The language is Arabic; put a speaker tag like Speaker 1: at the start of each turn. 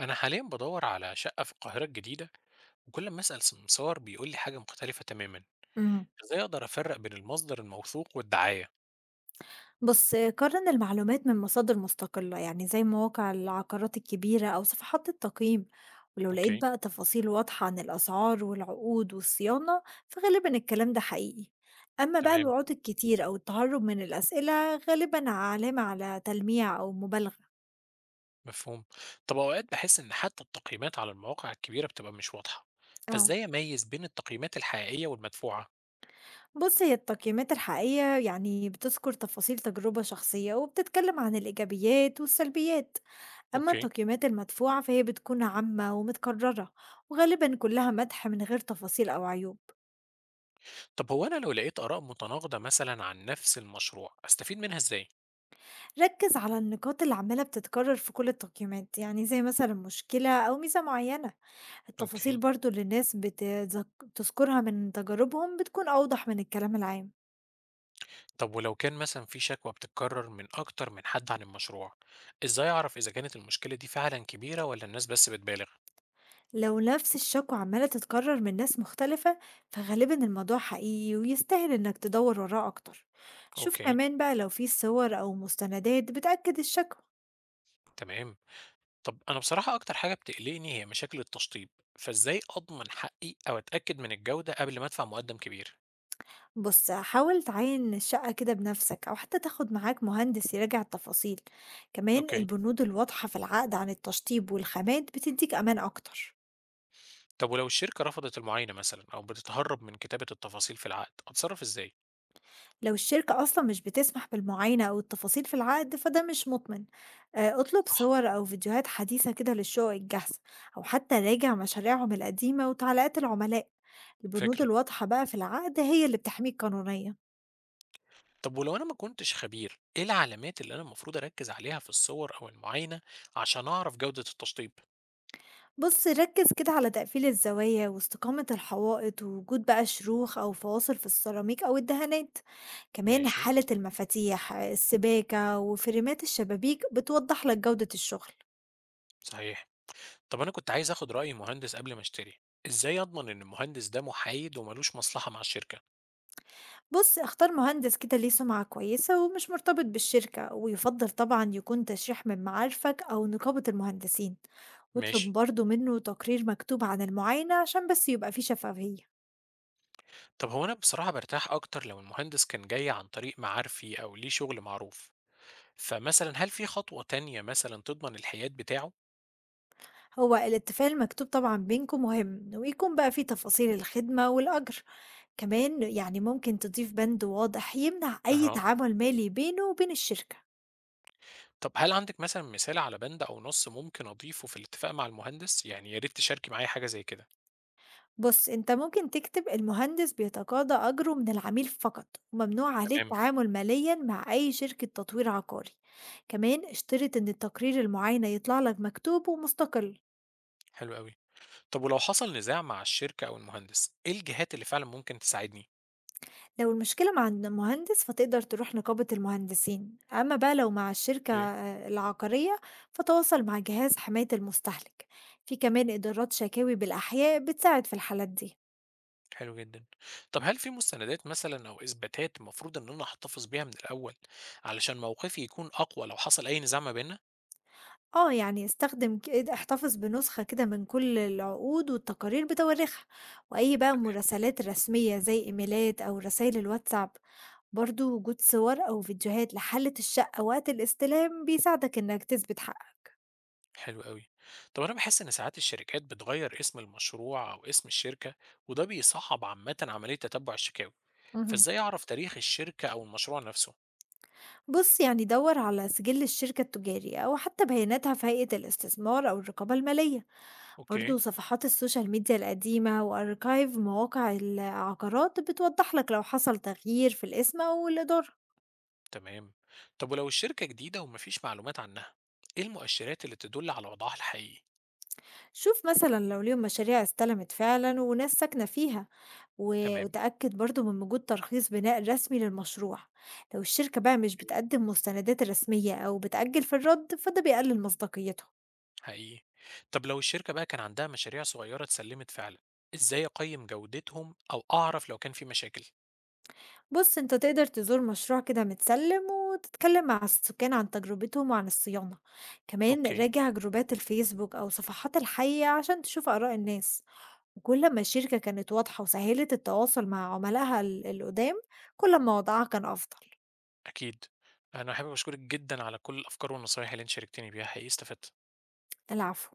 Speaker 1: أنا حاليا بدور على شقة في القاهرة الجديدة وكل ما أسأل سمسار بيقول لي حاجة مختلفة تماما.
Speaker 2: إمم.
Speaker 1: إزاي أقدر أفرق بين المصدر الموثوق والدعاية؟
Speaker 2: بُص، قارن المعلومات من مصادر مستقلة، يعني زي مواقع العقارات الكبيرة أو صفحات التقييم، ولو لقيت
Speaker 1: أوكي.
Speaker 2: بقى تفاصيل واضحة عن الأسعار والعقود والصيانة، فغالبًا الكلام ده حقيقي. أما بقى
Speaker 1: تمام.
Speaker 2: الوعود الكتير أو التهرب من الأسئلة غالبًا علامة على تلميع أو مبالغة.
Speaker 1: مفهوم. طب أوقات بحس إن حتى التقييمات على المواقع الكبيرة بتبقى مش واضحة،
Speaker 2: آه.
Speaker 1: فإزاي أميز بين التقييمات الحقيقية والمدفوعة؟
Speaker 2: بُص، هي التقييمات الحقيقية يعني بتذكر تفاصيل تجربة شخصية وبتتكلم عن الإيجابيات والسلبيات. أما
Speaker 1: أوكي.
Speaker 2: التقييمات المدفوعة فهي بتكون عامة ومتكررة، وغالبا كلها مدح من غير تفاصيل أو عيوب.
Speaker 1: طب هو أنا لو لقيت آراء متناقضة مثلا عن نفس المشروع أستفيد منها إزاي؟
Speaker 2: ركز على النقاط اللي عمالة بتتكرر في كل التقييمات، يعني زي مثلا مشكلة أو ميزة معينة. التفاصيل
Speaker 1: أوكي.
Speaker 2: برضو اللي الناس بتذكرها من تجاربهم بتكون أوضح من الكلام العام.
Speaker 1: طب ولو كان مثلا في شكوى بتتكرر من أكتر من حد عن المشروع، إزاي أعرف إذا كانت المشكلة دي فعلا كبيرة ولا الناس بس بتبالغ؟
Speaker 2: لو نفس الشكوى عمالة تتكرر من ناس مختلفة، فغالبا الموضوع حقيقي ويستاهل إنك تدور وراه أكتر. شوف
Speaker 1: أوكي،
Speaker 2: كمان بقى لو في صور أو مستندات بتأكد الشكوى.
Speaker 1: تمام. طب أنا بصراحة أكتر حاجة بتقلقني هي مشاكل التشطيب، فإزاي أضمن حقي أو أتأكد من الجودة قبل ما أدفع مقدم كبير؟
Speaker 2: بص حاول تعاين الشقة كده بنفسك أو حتى تاخد معاك مهندس يراجع التفاصيل. كمان
Speaker 1: أوكي،
Speaker 2: البنود الواضحة في العقد عن التشطيب والخامات بتديك أمان أكتر.
Speaker 1: طب ولو الشركة رفضت المعاينة مثلًا أو بتتهرب من كتابة التفاصيل في العقد، أتصرف إزاي؟
Speaker 2: لو الشركة أصلا مش بتسمح بالمعاينة أو التفاصيل في العقد فده مش مطمن. آه، اطلب
Speaker 1: صح.
Speaker 2: صور أو فيديوهات حديثة كده للشقق الجاهزة، أو حتى راجع مشاريعهم القديمة وتعليقات العملاء. البنود
Speaker 1: فكرة.
Speaker 2: الواضحة بقى في العقد هي اللي بتحميك قانونيا.
Speaker 1: طب ولو أنا ما كنتش خبير، إيه العلامات اللي أنا المفروض أركز عليها في الصور أو المعاينة عشان أعرف جودة التشطيب؟
Speaker 2: بُص ركّز كده على تقفيل الزوايا واستقامة الحوائط، ووجود بقى شروخ أو فواصل في السيراميك أو الدهانات، كمان
Speaker 1: ماشي.
Speaker 2: حالة المفاتيح، السباكة وفريمات الشبابيك بتوضح لك جودة الشغل.
Speaker 1: صحيح. طب أنا كنت عايز آخد رأي مهندس قبل ما أشتري، إزاي أضمن إن المهندس ده محايد وملوش مصلحة مع الشركة؟
Speaker 2: بُص اختار مهندس كده ليه سمعة كويسة ومش مرتبط بالشركة، ويفضل طبعًا يكون تشريح من معارفك أو نقابة المهندسين،
Speaker 1: ماشي.
Speaker 2: واطلب برضه منه تقرير مكتوب عن المعاينة عشان بس يبقى في شفافية.
Speaker 1: طب هو أنا بصراحة برتاح أكتر لو المهندس كان جاي عن طريق معارفي أو ليه شغل معروف، فمثلا هل في خطوة تانية مثلا تضمن الحياد بتاعه؟
Speaker 2: هو الاتفاق المكتوب طبعا بينكم مهم ويكون بقى فيه تفاصيل الخدمة والأجر. كمان يعني ممكن تضيف بند واضح يمنع أي
Speaker 1: أها.
Speaker 2: تعامل مالي بينه وبين الشركة.
Speaker 1: طب هل عندك مثلا مثال على بند أو نص ممكن أضيفه في الاتفاق مع المهندس؟ يعني يا ريت تشاركي معايا حاجة زي كده.
Speaker 2: بص انت ممكن تكتب المهندس بيتقاضى أجره من العميل فقط، وممنوع عليه
Speaker 1: تمام.
Speaker 2: التعامل ماليا مع أي شركة تطوير عقاري. كمان اشترط ان التقرير المعاينة يطلع لك مكتوب ومستقل.
Speaker 1: حلو قوي. طب ولو حصل نزاع مع الشركة أو المهندس، إيه الجهات اللي فعلا ممكن تساعدني؟
Speaker 2: لو المشكلة مع المهندس فتقدر تروح نقابة المهندسين، أما بقى لو مع الشركة
Speaker 1: اوكي.
Speaker 2: آه، العقارية، فتواصل مع جهاز حماية المستهلك. في كمان إدارات شكاوي بالأحياء بتساعد في الحالات دي.
Speaker 1: حلو جدا. طب هل في مستندات مثلا أو إثباتات المفروض إن أنا أحتفظ بيها من الأول علشان موقفي يكون أقوى لو حصل أي نزاع ما بيننا؟
Speaker 2: اه يعني احتفظ بنسخة كده من كل العقود والتقارير بتواريخها، وأي بقى مراسلات رسمية زي إيميلات أو رسائل الواتساب. برضو وجود صور أو فيديوهات لحالة الشقة وقت الاستلام بيساعدك إنك تثبت حقك.
Speaker 1: حلو أوي. طب أنا باحس إن ساعات الشركات بتغيّر اسم المشروع أو اسم الشركة، وده بيصعّب عامةً عملية تتبُّع الشكاوي،
Speaker 2: مهم.
Speaker 1: فإزاي أعرف تاريخ الشركة أو المشروع نفسه؟
Speaker 2: بص يعني دور على سجل الشركة التجارية أو حتى بياناتها في هيئة الاستثمار أو الرقابة المالية. برضو
Speaker 1: أوكي،
Speaker 2: صفحات السوشيال ميديا القديمة وأركايف مواقع العقارات بتوضح لك لو حصل تغيير في الاسم أو الإدارة.
Speaker 1: تمام. طب ولو الشركة جديدة وما فيش معلومات عنها، إيه المؤشرات اللي تدُل على وضعها الحقيقي؟
Speaker 2: شوف مثلا لو ليهم مشاريع استلمت فعلا وناس ساكنة فيها،
Speaker 1: تمام،
Speaker 2: وتأكد برضو من وجود ترخيص بناء رسمي للمشروع. لو الشركة بقى مش
Speaker 1: أوكي،
Speaker 2: بتقدم مستندات رسمية أو بتأجل في الرد فده بيقلل مصداقيته.
Speaker 1: حقيقي. طب لو الشركة بقى كان عندها مشاريع صغيرة اتسلِّمت فعلًا، إزاي أقيّم جودتهم أو أعرف لو كان في مشاكل؟
Speaker 2: بُص، أنت تقدر تزور مشروع كده متسلِّم وتتكلّم مع السُكّان عن تجربتهم وعن الصيانة، كمان
Speaker 1: أوكي.
Speaker 2: راجع جروبات الفيسبوك أو صفحات الحي عشان تشوف آراء الناس، وكل ما الشركة كانت واضحة وسهِّلت التواصل مع عملائها ال القُدام، كل ما وضعها كان أفضل.
Speaker 1: أكيد. أنا حابب أشكرِك جدًا على كل الأفكار والنصايح اللي أنتِ شاركتيني بيها، حقيقي استفدت.
Speaker 2: العفو.